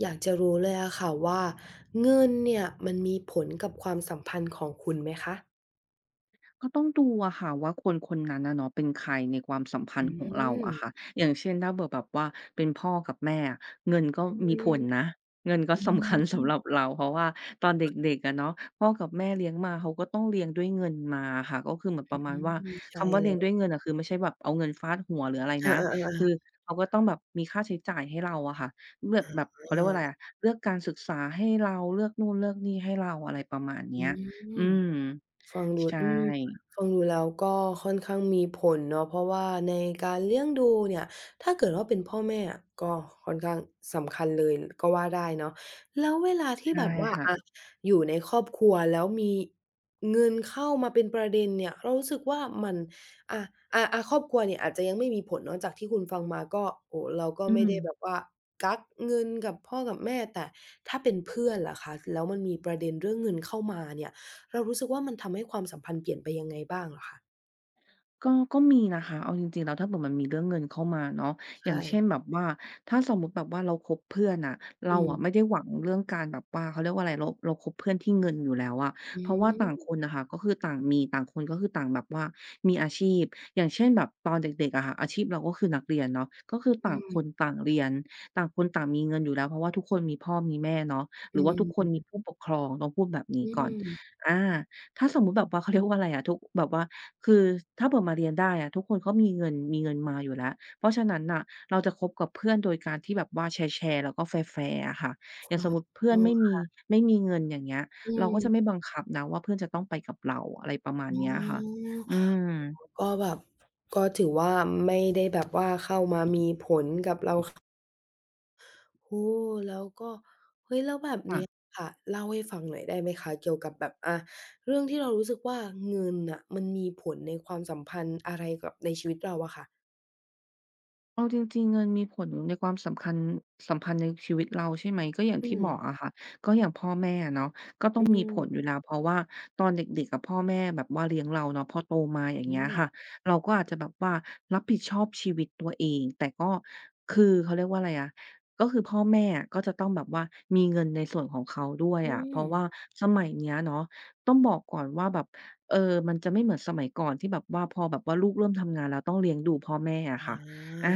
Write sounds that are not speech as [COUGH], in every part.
อยากจะรู้เลยอะค่ะว่าเงินเนี่ยมันมีผลกับความสัมพันธ์ของคุณไหมคะก็ต้องดูอะค่ะว่าคนคนนั้นนะเนาะเป็นใครในความสัมพันอืธ์ของเราอะค่ะมอย่างเช่นถ้าแบบว่าเป็นพ่อกับแม่อะเงินก็อืมีผลมนะเงินก็อืสำคัญสำหรับมเราเพราะว่าตอนเด็กๆอะเนาะพ่อกับแม่เลี้ยงมาเขาก็ต้องเลี้ยงด้วยเงินมาค่ะก็คือเหมือนประมาอืณว่ามใช่คำว่าเลเลี้ยงยด้วยเงินอะคือไม่ใช่แบบเอาเงินฟาดหัวหรืออะไรนะอาคืๆอๆเขาก็ต้องแบบมีค่าใช้จ่ายให้เราอะค่ะเลือกแบบๆเขาเรียอากว่าอะไรอะเลือกการศึกษาให้เราเลือกนู่นเลือกนี่ให้เราอะไรประมาณเนี้อืยม อืมฟังดูใช่ ฟังดูแล้วก็ค่อนข้างมีผลเนาะเพราะว่าในการเลี้ยงดูเนี่ยถ้าเกิดว่าเป็นพ่อแม่อะก็ค่อนข้างสำคัญเลยก็ว่าได้เนาะแล้วเวลาที่ใช่แบบว่าอะค่ะอยู่ในครอบครัวแล้วมีเงินเข้ามาเป็นประเด็นเนี่ยเรารู้สึกว่ามันอะอะครอบครัวเนี่ยอาจจะยังไม่มีผลเนาะจากที่คุณฟังมาก็โอ้โฮเราก็อืไม่ม ได้แบบว่ากักเงินกับพ่อกับแม่แต่ถ้าเป็นเพื่อนล่ะคะแล้วมันมีประเด็นเรื่องเงินเข้ามาเนี่ย เรารู้สึกว่ามันทำให้ความสัมพันธ์เปลี่ยนไปยังไงบ้างเหรอคะก็ก็มีนะคะ เอาจริงๆแล้วถ้าเผื่อมันมีเรื่องเงินเข้ามาเนาะอใช่ย่างเช่นแบบว่า ถ้าสมมุติแบบว่าเราคบเพื่อนน่ะอืเราอะไม่มได้หวังเรื่องการแบบว่าเขาเรียกว่าอะไรเราคบเพื่อนที่เงินอยู่แล้วอะอืเพราะว่าต่างคมนน่ะค่ะก็คือต่างมีต่างคนก็คือต่างแบบว่ามีอาชีพ อย่างเช่นแบบตอนเด็กๆอะค่ะอาชีพเราก็คือนักเรียนเนาะก็คืออืต่างคมนต่างเรียนต่างคนต่างมีเงินอยู่แล้วเพราะว่าทุกคนมีพ่อมีแม่เนาะหรือือว่าทุกคนมมีผู้ปกครองต้องพูดแบบนี้อืก่อนมอาถ้าสมมุติแบบว่าเขาเรียกว่าอะไรอะทุกแบบว่า คือถ้าเปิดมาเรียนได้อะทุกคนเขามีเงินมาอยู่แล้วเพราะฉะนั้นน่ะเราจะคบกับเพื่อนโดยการที่แบบว่าแชร์ๆแล้วก็แฟร์ๆอะค่ะอย่างอ๋อสมมุติเพื่อเอนอไม่มีเงินอย่างเงี้ยอืเราก็จะไม่มบังคับนะว่าเพื่อนจะต้องไปกับเราอะไรประมาณอ๋เนี้ยค่ะออืมก็แบบก็ถือว่าไม่ได้แบบว่าเข้ามามีผลกับเราโอ้โฮแล้วก็เฮ้ยแล้วแบบค่ะ เนี้ยค่ะเล่าให้ฟังหน่อยได้ไหมคะเกี่ยวกับแบบอ่าเรื่องที่เรารู้สึกว่าเงินน่ะมันมีผลในความสัมพันธ์อะไรกับในชีวิตเราอะค่ะเอาจริงๆ เงินมีผลในความสำคัญสัมพันธ์ในชีวิตเราใช่ไหมก็อย่างอืที่มบอกอะค่ะก็อย่างพ่อแม่อะเนาะก็ต้ออืงมีผลอมยู่แล้วเพราะว่าตอนเด็กๆอะพ่อแม่แบบว่าเลี้ยงเราเนาะพอโตมาอย่างอืเงี้ยมค่ะเราก็อาจจะแบบว่ารับผิดชอบชีวิตตัวเองแต่ก็คือเขาเรียกว่าอะไรอะก็คือพ่อแม่อะก็จะต้องแบบว่ามีเงินในส่วนของเขาด้วยอือะเพม ราะว่าสมัยเนี้ยเนาะต้องบอกก่อนว่าแบบเออมันจะไม่เหมือนสมัยก่อนที่แบบว่าพอแบบว่าลูกเริ่มทำงานแล้วต้องเลี้ยงดูพ่อแม่อะอค่ะ อาา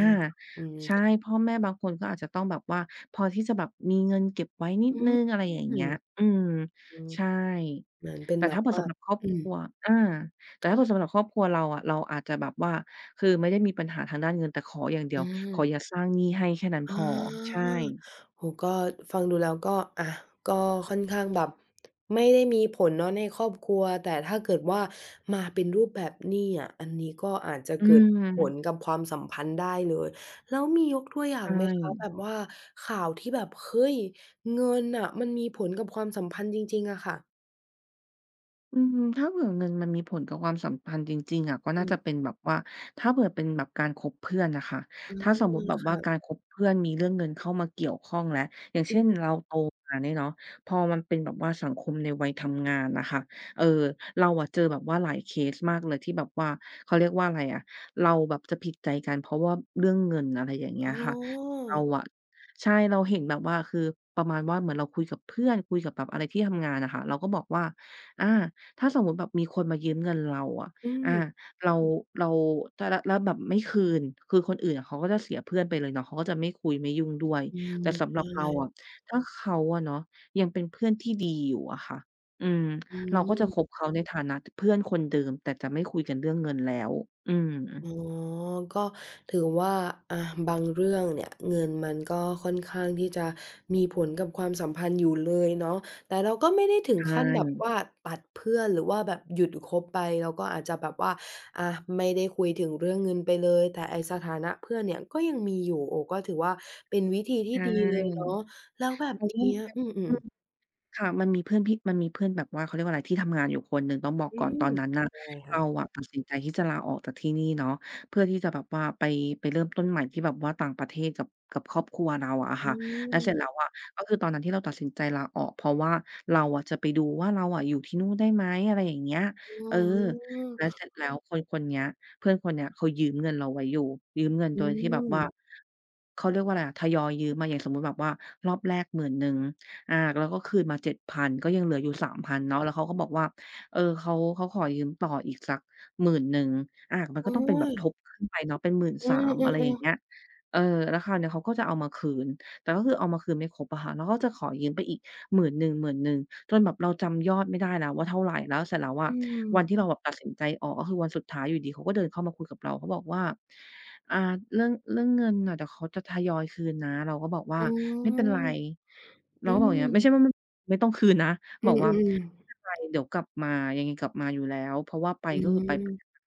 อืมใช่พ่อแม่บางคนก็อาจจะต้องแบบว่าพอที่จะแบบมีเงินเก็บไว้นิดอืหนึ่มงอะไรอย่างเงี้ยออืมืมใช่เหมือนเป็นแต่แบถ้าบเผื่อว่าสำหรับครอบอืคมรัวอาแต่ถ้าเผื่อสำหรับครอบครัวเราอะเราอาจจะแบบว่าคือไม่ได้มีปัญหาทางด้านเงินแต่ขออย่างเดีอยวขออย่าาสร้างหนี้ให้แค่นั้นพออใช่าโอ้โฮก็ฟังดูแล้วก็อะก็ค่อนข้างแบบไม่ได้มีผลเนาะในครอบครัวแต่ถ้าเกิดว่ามาเป็นรูปแบบหนี้อะอันนี้ก็อาจจะอืเกิดผลมกับความสัมพันธ์ได้เลยแล้วมียกตัวอย่างใช่ ไหมคะแบบว่าข่าวที่แบบเฮ้ยเงินน่ะมันมีผลกับความสัมพันธ์จริงๆอะค่ะอืมถ้าเผื่อเงินมันมีผลกับความสัมพันธ์จริงๆอะก็อืน่ามจะเป็นแบบว่าถ้าเผื่อเป็นแบบการคบเพื่อนนะคะอาถ้าสมมุติแบบว่าการค่ะคบเพื่อนมีเรื่องเงินเข้ามาเกี่ยวข้องแล้วอย่างอืเช่นม เราโตมาเนี่ยเนาะพอมันเป็นแบบว่าสังคมในวัยทำงานนะคะเออเราอะเจอแบบว่าหลายเคสมากเลยที่แบบว่าเขาเรียกว่าอะไรอะเราแบบจะผิดใจกันเพราะว่าเรื่องเงินอะไรอย่างเงี้อ๋ยค่ะอเราอะใช่เราเห็นแบบว่าคือประมาณว่าเหมือนเราคุยกับเพื่อนคุยกับแบบอะไรที่ทำงานนะคะเราก็บอกว่าอา ถ้าสมมุติแบบมีคนมายืมเงินเราอะอือามเราเราถ้าแล้วแบบไม่คืนคือคนอื่นอะเขาก็จะเสียเพื่อนไปเลยเนาะเขาก็จะไม่คุยไม่ยุ่งด้วยอืมแต่ใชสำหรับเราอะ่ถ้าเขาอะเนาะยังเป็นเพื่อนที่ดีอยู่อะค่ะอืมอืเราก็จะคบมเขาในฐานะทเพื่อนคนเดิมแต่จะไม่คุยกันเรื่องเงินแล้วอืมอ๋อก็ถือว่าอะบางเรื่องเนี่ยเงินมันก็ค่อนข้างที่จะมีผลกับความสัมพันธ์อยู่เลยเนาะแต่เราก็ไม่ได้ถึใชงขั้นแบบ่ว่าตัดเพื่อนหรือว่าแบบหยุดคบไปเราก็อาจจะแบบว่าอะไม่ได้คุยถึงเรื่องเงินไปเลยแต่ไอ้สถานะเพื่อนเนี่ยก็ยังมีอยู่โอ้ก็ถือว่าเป็นวิธีใชที่ดีเลยเนาะ่แล้วแบบเพราะว่านี้มันอือืมม ๆค่ะมันมีเพื่อนแบบว่าเขาเรียกว่าอะไรที่ทำงานอยู่คนหนึ่งต้องบอกอืก่อนตอมนนั้นน่ะได้เราค่ะอะตัดสินใจที่จะลาออกจากที่นี่เนาะเพื่อที่จะแบบว่าไปเริ่มต้นใหม่ที่แบบว่าต่างประเทศกับครอบครัวเราอะอืค่ะแล้วเสร็จแล้ม วอะก็คือตอนนั้นที่เราตัดสินใจลาออกเพราะว่าเราอะจะไปดูว่าเราอะอยู่ที่นู่นได้ไหมอะไรอย่างเงี้ยอ๋เอออแล้วเสร็จแล้วคนคนเนี้ยเพื่อนคนเนี้ยเขายืมเงินเราไว้อยู่ยืมเงินโดอืยที่แบบมว่าเขาเรียกว่าอะไรอะทยอยยืมมาอย่างสมมุติแบบว่ารอบแรกหมื่นหนึ่ง อาแล้วก็คืนมาเจ็ดพันก็ยังเหลืออยู่สาม0 0 0เนาะแล้วเขาก็บอกว่าเออเขาขอยืมต่ออีกสักหมื่นหนึ่งอามันก็โอ๊ต้องเป็นแบบยทบขึ้นไปเนาะเป็นหมื่เอ3 0 0 0อะไรออย่างๆๆเงี้ยเออแล้วคราวเนี้ยเขาก็จะเอามาคืนแต่ก็คือเอามาคืนไม่ครบอะค่ะแล้วก็จะขอยืมไปอีกหมื่นหนึ่งหมื่นหนึ่งจนแบบเราจำยอดไม่ได้แล้วว่าเท่าไรแล้วเสร็จแล้วอะอืมวันที่เราแบบตัดสินใจออกก็คือวันสุดท้ายอยู่ดีเขาก็เดินเข้ามาคุยกับเราเขาบอกว่า อ่าเรื่องเงินน่ะเดี๋ยวเขาจะทยอยคืนนะเราก็บอกว่าอ๋ไม่เป็นอไรเราอืก็บอกอย่างเงี้ยไม่ใช่ว่ามไม่ไม่ต้องคืนนะบอือกว่าอๆไม่เป็นๆไรเดี๋ยวกลับมายังไงกลับมาอยู่แล้วเพราะว่าไปอืก็คือไป [UNINTELLIGIBLE] ม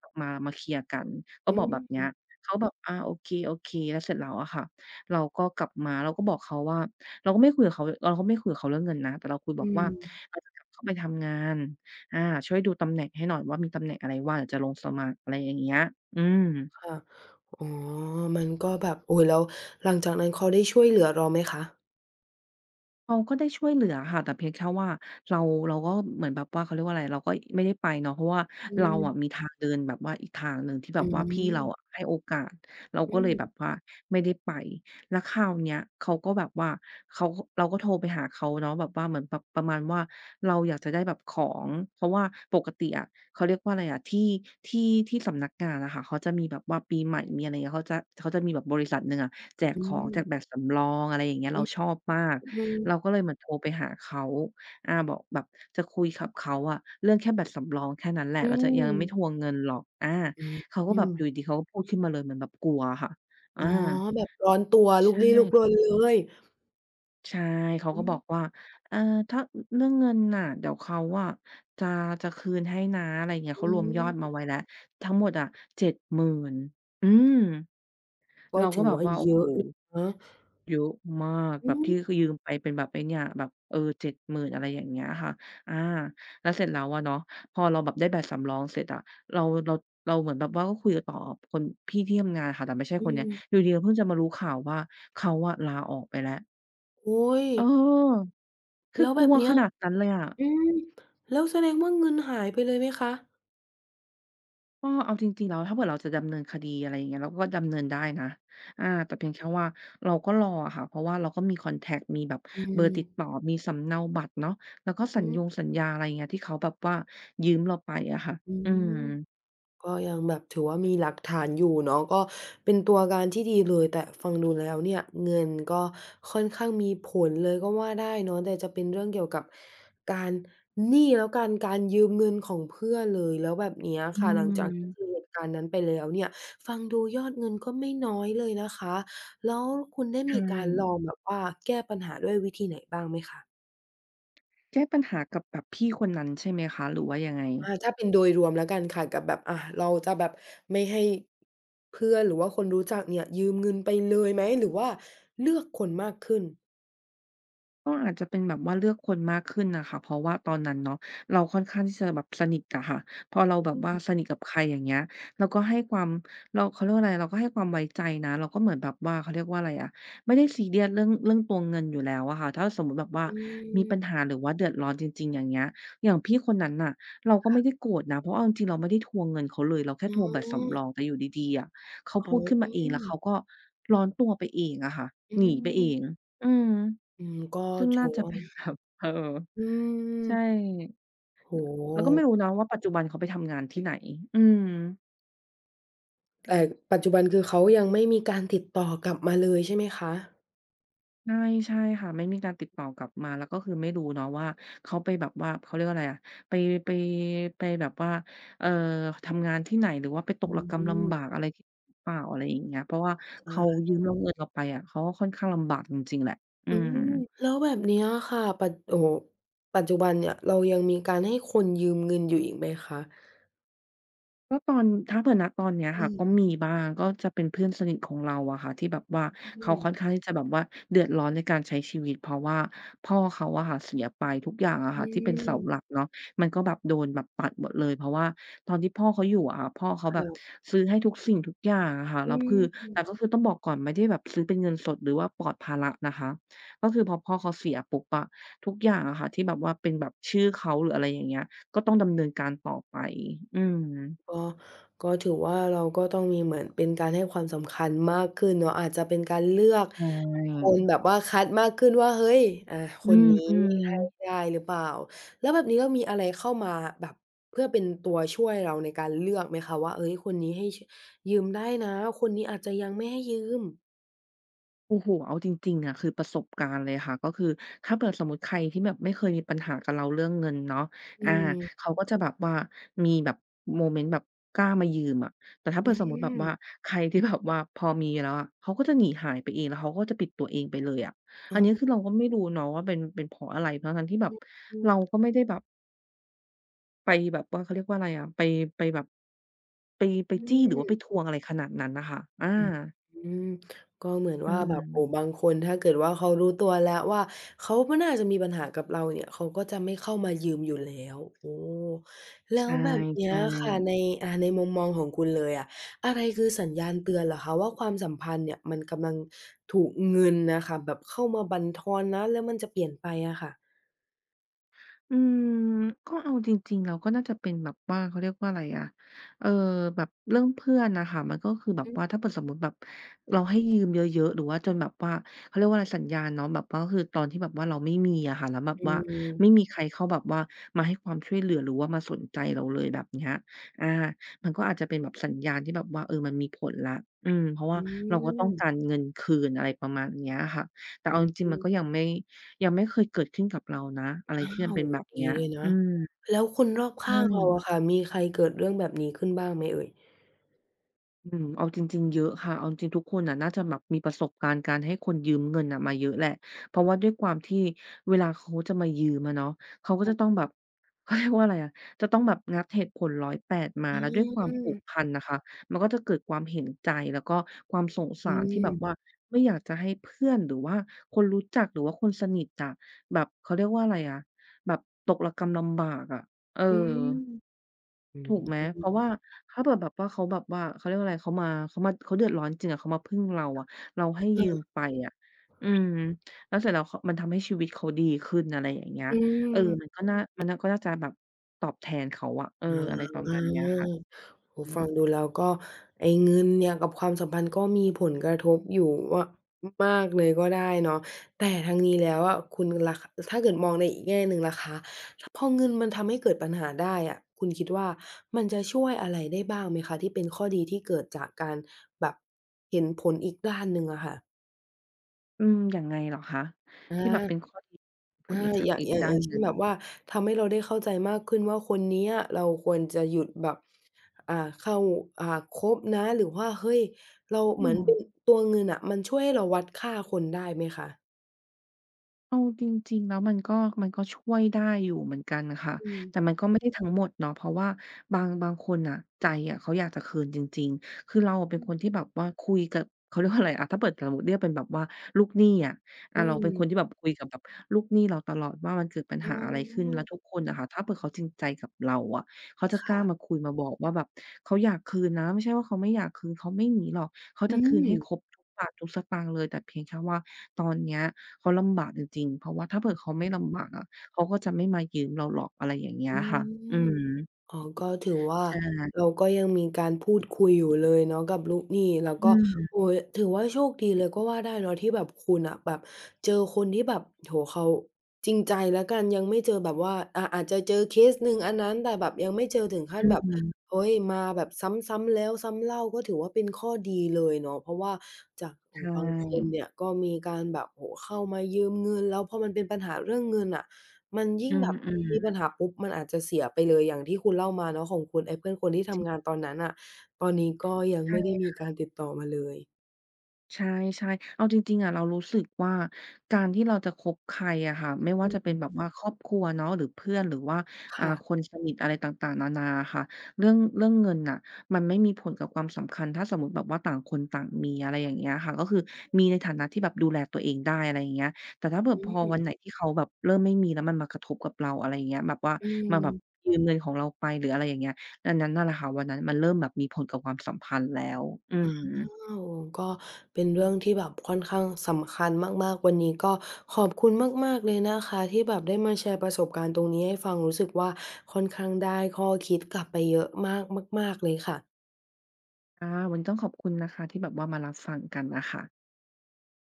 กลับมามาเคลียร์กันก็อืบอกแบบเนี้ยมเขาแบบอาโอเคๆแล้วเสร็จแล้วอะค่ะเราก็กลับมาเราก็บอกเขาว่าเราก็ไม่คุยกับเขาเราก็ไม่คุยกับเขาเรื่องเงินนะแต่เราคุยบอือกว่ามเราจะกลับเข้าไปทำงานอาช่วยดูตำแหน่งให้หน่อยว่ามีตำแหน่งอะไรว่างเดี๋ยวจะลงสมัครอะไรอย่างเงี้ยอืม ค่ะอ๋อ มันก็แบบโอ้โฮแล้วหลังจากนั้นเขาได้ช่วยเหลือเราไหมคะเขาก็ได้ช่วยเหลือค่ะแต่เพียงแค่ว่าเราเราก็เหมือนแบบว่าเขาเรียกว่าอะไรเราก็ไม่ได้ไปเนาะเพราะว่าอืเรามอะมีทางเดินแบบว่าอีกทางหนึ่งที่แบอืบว่าพี่เราอะมให้โอกาสเราอืก็เลยแบบมว่าไม่ได้ไปแล้วคราวเนี้ยเขาก็แบบว่าเขาเราก็โทรไปหาเขาเนาะแบบว่าเหมือนแบบประมาณว่าเราอยากจะได้แบบของเพราะว่าปกติอะเขาเรียกว่าอะไรอะที่ที่สำนักงานอะค่ะเขาจะมีแบบว่าปีใหม่มีอะไรเงี้ยเขาจะมีแบบบริษัทหนึ่งอะแจกอืของมแจกแบบสำรองอะไรอย่างเงี้ยอืเรามชอบมาก อืเรามก็เลยเหมือนโทรไปหาเขาอาบอกแบบจะคุยกับเขาอะเรื่องแค่แบตสำรองแค่นั้นแหละอืเราจะยังมไม่ทวงเงินหรอกอาอืมเขาอก็แบบมอยู่ดีๆเขาก็พูดขึ้นมาเลยเหมือนแบบกลัวอะค่ะอ๋อาอ แบบร้อนตัวใชลุกลี้ลุกล่นเลยใช่ เขาอืก็บมอกว่าเออถ้าอเรื่องเงินน่ะเดี๋ยวเขาอะจะจะคืนให้นะอะไรอย่างเงี้ยอืเขารวมยอดมามไว้แล้ว ทั้งหมดอะ7,000นอืมก็เราก็ถือแบบว่าว่าโอ้เยโฮ อะนะเยอะมากอืแบบมที่คือยืมไปเป็นแบบไอ้เนี่ยแบบเออ7 0 0 0นอะไรอย่างเงี้ยค่ะอาแล้วเสร็จแล้วอะเนาะพอเราแบบได้บัตรสำรองเสร็จอะเราเราเราเหมือนแบบว่าก็คุยกับต่อคนพี่ที่ทำงานค่ะแต่ไม่ใช่อืคนเนี้ยอมยู่ดีๆเพิ่งจะมารู้ข่าวว่าเขาอะลาออกไปแล้วโอ๊ย เออคืแล้อวกแบลับวเนี้ขยนาดนั้นเลยอะ อืมแล้วแสดงว่าเงินหายไปเลยไหมคะ ก็เอาจริงๆแล้วถ้าเผื่อเราจะดำเนินคดีอะไรอย่างเงี้ยเราก็ดำเนินได้นะอาแต่เพียงแค่ว่าเราก็รออะค่ะเพราะว่าเราก็มีคอนแท็กต์มีแบบอืเบอมร์ติดต่อมีสำเนาบัตรเนาะ แล้วก็สัอือญญงสัญญาอะไรอย่างเงี้ยที่เขาแบบว่ายืมเราไปอะค่ะอือืมม ก็ยังแบบถือว่ามีหลักฐานอยู่เนาะก็เป็นตัวการที่ดีเลยแต่ฟังดูแล้วเนี่ยเงินก็ค่อนข้างมีผลเลยก็ว่าได้เนาะแต่จะเป็นเรื่องเกี่ยวกับการหนี้แล้วกันการยืมเงินของเพื่อนเลยแล้วแบบเนี้ยอืค่ะหลังจากที่เจอม เหตุการณ์นั้นไปแล้วเนี่ยฟังดูยอดเงินก็ไม่น้อยเลยนะคะแล้วคุณได้มีใช่ การลองแบบว่าแก้ปัญหาด้วยวิธีไหนบ้างไหมคะ แก้ปัญหากับแบบพี่คนนั้นใช่ไหมคะหรือว่ายังไง อาถ้าเป็นโดยรวมแล้วกันค่ะกับแบบอ่าเราจะแบบไม่ให้เพื่อนหรือว่าคนรู้จักเนี่ยยืมเงินไปเลยไหมหรือว่าเลือกคนมากขึ้นก็อาจจะเป็นแบบว่าเลือกคนมากขึ้นน่ะค่ะเพราะว่าตอนนั้นเนาะเราค่อนข้างที่จะแบบสนิทอะค่ะพอเราแบบอืว่าสมนิทกับใครอย่างเงี้ยเราก็ให้ความเราเขาเรียกว่าอะไรเราก็ให้ความไว้ใจนะเราก็เหมือนแบบว่าเขาเรียกว่าอะไรอะไม่ได้ซีเรียสเรื่องตัวเงินอยู่แล้วอะค่ะถ้าสมมุติแบบว่าอืมีมปัญหาหรือว่าเดือดร้อนจริงๆอย่างเงี้ยอย่างพี่คนนั้นน่ะเราก็ไม่ได้ค่ะโกรธนะเพราะเอาจริงๆเราไม่ได้ทวงเงินเขาเลยเราแค่อ๋ทวงบัอตรสำรองแต่อยู่ดีๆอะเขาเขาพูดขึ้นมาอืเองมแล้วเขาก็ร้อนตัวไปเองอะค่ะอืหนีไปเองมอืม อืมก็ซึ่งถืน่าอจะว่าเป็นแบบ [LAUGHS] เอออืมใช่โอ้โแล้วก็ไม่รู้ฮนะว่าปัจจุบันเขาไปทำงานที่ไหนอืมแต่ปัจจุบันคือเขายังไม่มีการติดต่อกลับมาเลยใช่ไหมคะใช่ใช่ค่ะไม่มีการติดต่อกลับมาแล้วก็คือไม่รู้เนาะว่าเขาไปแบบว่าเขาเรียกว่าอะไรอะไปไปไปแบบว่าเอ่อทำงานที่ไหนหรือว่าไปตอืกระกำลำบากมอะไรที่หรือเปล่าอะไรอย่างเงี้ยเพราะว่าเขาใช่ยืมเราเงินเราไปอะเขาก็ค่อนข้างลำบากจริงๆแหละอือืม มแล้วแบบเนี้ยค่ะโอ้โฮปัจจุบันเนี่ยเรายังมีการให้คนยืมเงินอยู่อีกไหมคะ ก็ตอนถ้าเผื่อณตอนเนี้ยอืค่ะก็มมีบ้างก็จะเป็นเพื่อนสนิทของเราอะค่ะที่แบบว่าอืเขามค่อนข้างที่จะแบบว่าเดือดร้อนในการใช้ชีวิตเพราะว่าพ่อเขาอะค่ะเสียไปทุกอย่างอะอืค่ะที่เป็นเสาหลัมกเนาะมันก็แบบโดนแบบตัดหมดเลยเพราะว่าตอนที่พ่อเขาอยู่อะค่ะพ่อเขาแบบค่ะซื้อให้ทุกสิ่งทุกอย่างอะค่ะแล้วคืออืมแต่ก็คือต้องบอกก่อนไม่ได้แบบซื้อเป็นเงินสดหรือว่าปลอดภาระนะคะก็คือพอพ่อเขาเสียปุ๊บอะทุกอย่างอะค่ะที่แบบว่าเป็นแบบชื่อเขาหรืออะไรอย่างเงี้ยก็ต้องดำเนินการต่อไปอืม ก็ก็ถือว่าเราก็ต้องมีเหมือนเป็นการให้ความสำคัญมากขึ้นเนาะอาจจะเป็นการเลือกใชค่นแบบว่าคัดมากขึ้นว่าเฮ้ยอ่าคอืนนี้มให้ๆได้หรือเปล่าแล้วแบบนี้ก็มีอะไรเข้ามาแบบเพื่อเป็นตัวช่วยเราในการเลือกไหมคะว่าเฮ้ยคนนี้ให้ยืมได้นะคนนี้อาจจะยังไม่ให้ยืมโอ้โฮเอาจริงๆอะคือประสบการณ์เลยค่ะก็คือถ้าเผื่อสมมุติใครที่แบบไม่เคยมีปัญหากับเราเรื่องเงินเนาะอือามเขาก็จะแบบว่ามีแบบโมเมนต์แบบกล้ามายืมอะแต่ถ้าอืเผื่อสมมุติแบบว่ามใคร [LAUGHS] ที่แบบว่าพอมีแล้วอะเขาก็จะหนีหายไปเองแล้วเขาก็จะปิดตัวเองไปเลยอะอ๋อันนี้คืออเราก็ไม่รู้เนาะว่าเป็นเพราะอะไรทั้งๆที่แบอบืมเราก็ไม่ได้แบบไปแบบว่าเขาเรียกว่าอะไรอะไปไปแบบไปไปอืจี้หรือม ว่าไปทวงอะไรขนาดนั้นน่ะค่ะอา อืมก็เหมือนอืว่ามแบบโอ้บางคนถ้าเกิดว่าเขารู้ตัวแล้วว่าเขาไม่น่าจะมีปัญหากับเราเนี่ยเขาก็จะไม่เข้ามายืมอยู่แล้วโอ้แล้วใช่แบบเนี้ใช่ยค่ะในอ่าในมุมมองของคุณเลยอะอะไรคือสัญญาณเตือนเหรอคะว่าความสัมพันธ์เนี่ยมันกำลังถูกเงินน่ะค่ะแบบเข้ามาบั่นทอนนะแล้วมันจะเปลี่ยนไปอะค่ะอืมก็เอาจริงๆเราก็น่าจะเป็นแบบว่าเขาเรียกว่าอะไรอะเอ่อแบบเรื่องเพื่อนน่ะค่ะมันก็คือแบบอืว่ามถ้าเกิดสมมุติแบบเราให้ยืมเยอะๆหรือว่าจนแบบว่าเขาเรียกว่าอะไรสัญญาณเนาะแบบว่าก็คือตอนที่แบบว่าเราไม่มีอะค่ะแล้วแบบอืว่าไม่มีมใครเข้าแบบว่ามาให้ความช่วยเหลือหรือว่ามาสนใจเราเลยแบบเนี้ยอามันก็อาจจะเป็นแบบสัญญาณที่แบบว่าเออมันมีผลแล้วอืมเพราะว่าอืเราก็ต้อมงการเงินคืนอะไรประมาณเนี้ยค่ะแต่อืเอาจริงๆมันก็ยัมงไม่ ยังไม่เคยเกิดขึ้นกับเรานะอะไรอ้าที่มันวเป็นแบบดีเนี้ยเลยนะอืมแล้วคนรอบใชข้างเรา่ อะค่ะมีใครเกิดเรื่องแบบนี้ขึ้นบ้างไหมเอ่ย อืมเอาจริงๆเยอะค่ะเอาจริงๆทุกคนน่ะน่าจะแบบมีประสบการณ์การให้คนยืมเงินน่ะมาเยอะแหละเพราะว่าด้วยความที่เวลาเขาจะมายืมอะเนาะเขาก็จะต้องแบบ [LAUGHS] เขาเรียกว่าอะไรอะจะต้องแบบงัดเหตุผลร้อยแปดมาอแล้วด้วยความผูากพันน่ะค่ะมันก็จะเกิดความเห็นใจแล้วก็ความสงอืสารที่แบบว่ามไม่อยากจะให้เพื่อนหรือว่าคนรู้จักหรือว่าคนสนิทอะแบบเขาเรียกว่าอะไรอะแบบตกระกำลำบากอะเออ อืมอืถูกไหมเพราะว่ามถ้าเผืแบบว่าเขาแบบว่าเขาเรียกว่าอะไรเขามาเขาเดือดร้อนจริงอะเขามาพึ่งเราอะเราให้ยืมอไปอะอืมแล้วเสร็จแล้วเขามันทำให้ชีวิตเขาดีขึ้นอะไรอย่างเงี้ยืเออมมันก็น่ามันน่าก็น่าจะแบบตอบแทนเขาอะเอออะไรอาประมาณเนี้ยค่ะโอ้อืโฮอฟังดูฮึแล้วก็ไอ้เงินเนี่ยกับความสัมพันธ์ก็มีผลกระทบอยู่ว่ามากเลยก็ได้เนาะแต่ทั้งนี้แล้วอะคุณล่ะคถ้าเกิดมองในอีกแง่หนึ่งล่ะคะพอเงินมันทำให้เกิดปัญหาได้อะคุณคิดว่ามันจะช่วยอะไรได้บ้างไหมคะที่เป็นข้อดีที่เกิดจากการแบบเห็นผลอีกด้านหนึ่งอะค่ะอืมยังไงเหรอคะที่แบบเป็นอา ข้อดีผอาลอีกขอย่างอีกอย่างอด้าย่านงหเช่นึ่นงแบบว่าทำให้เราได้เข้าใจมากขึ้นว่าคนเนี้ยเราควรจะหยุดแบบอ่าเข้าอ่าคบนะหรือว่าเฮ้ยเราอืเหมือนม เป็นตัวเงินอะมันช่วยให้เราวัดค่าคนได้ไหมคะเอาจริงๆแล้วมันก็มันก็ช่วยได้อยู่เหมือนกันค่ะอืมแต่มันก็ไม่ได้ทั้งหมดเนาะเพราะว่าบางคนน่ะใจอะเขาอยากจะคืนจริงๆคือเราอะเป็นคนที่แบบว่าคุยกับเขาเรียกว่าอะไรอะถ้าเปิดสมมุติเรียกเป็นแบบว่าลูกหนี้อะอาอืเราเป็นคนที่แบมบคุยกับแบบลูกหนี้เราตลอดว่ามันเกิดปัญอ๋หาอะไรขึ้นอแล้วทุกคนอะค่ะถ้าเผื่อเขาจริงใจกับเราอะเขาจะกล้ามาค่ะคุยมาบอกว่าแบบเขาอยากคืนนะไม่ใช่ว่าเขาไม่อยากคืนเขาไม่หนีหรอกเขาจะอืคืนมให้ครบทุกบาททุกสตางค์เลยแต่เพียงแค่ว่าตอนเนี้ย เขาลำบากจริงๆเพราะว่าถ้าเผื่อเขาไม่ลำบากอะเขาก็จะไม่มายืมเราหรอกอะไรอย่างเงี้ยอืค่ะอืม มอ๋อก็ถือว่าใช่เราก็ยังมีการพูดคุยอยู่เลยเนาะกับลูกหนี้แล้วอืก็มโอ้โฮถือว่าโชคดีเลยก็ว่าได้เนาะที่แบบคุณน่ะแบบเจอคนที่แบบโอ้โฮเขาจริงใจแล้วกันยังไม่เจอแบบว่าอาจจะเจอเคสหนึ่งอันนั้นแต่แบบยังไม่เจอถึงขั้นอืแบบมเฮ้ยมาแบบซ้ำๆแล้วซ้ำเล่าก็ถือว่าเป็นข้อดีเลยเนาะเพราะว่าจากโอ้ใชโฮบางคน่เนี่ยก็มีการแบบโอ้โฮเข้ามายืมเงินแล้วพอมันเป็นปัญหาเรื่องเงินน่ะ มันยิ่อืงแบบมีปัมญหาปุ๊บมันอาจจะเสียไปเลยอย่างที่คุณเล่ามาเนาะของคุณไอ้เพื่อนคนที่ๆจริงทำงานตอนนั้นน่ะตอนนี้ก็ยังไม่ได้ใช่ มีการติดต่อมาเลยใช่ๆเอาจริงๆอะเรารู้สึกว่าการที่เราจะคบใครอะค่ะไม่ว่าอืจะเป็นมแบบว่าครอบครัวเนาะหรือเพื่อนหรือว่าอ่าค่ะคนสนิทอะไรต่างๆนานาอะค่ะเรื่องเรื่องเงินน่ะมันไม่มีผลกับความสัมพันธ์ถ้าสมมุติแบบว่าต่างคนต่างมีอะไรอย่างเงี้ยค่ะก็คือมีในฐานะที่แบบดูแลตัวเองได้อะไรอย่างเงี้ยแต่ถ้าเผื่ออืพอวันมไหนที่เขาแบบเริ่มไม่มีแล้วมันมากระทบกับเราอะไรอย่างเงี้ยแบบว่าอืมาแบบมยืมเงินของเราไปหรืออะไรอย่างเงี้ยอันนั้นน่ะแหละค่ะวันนั้นมันเริ่มแบบมีผลกับความสัมพันธ์แล้วอืม อ้าวก็เป็นเรื่องที่แบบค่อนข้างสำคัญมากๆวันนี้ก็ขอบคุณมากๆเลยนะคะที่แบบได้มาแชร์ประสบการณ์ตรงนี้ให้ฟังรู้สึกว่าค่อนข้างได้ข้อคิดกลับไปเยอะมากมากๆเลยค่ะอ่าวันนี้ต้องขอบคุณนะคะที่แบบว่ามารับฟังกันนะคะ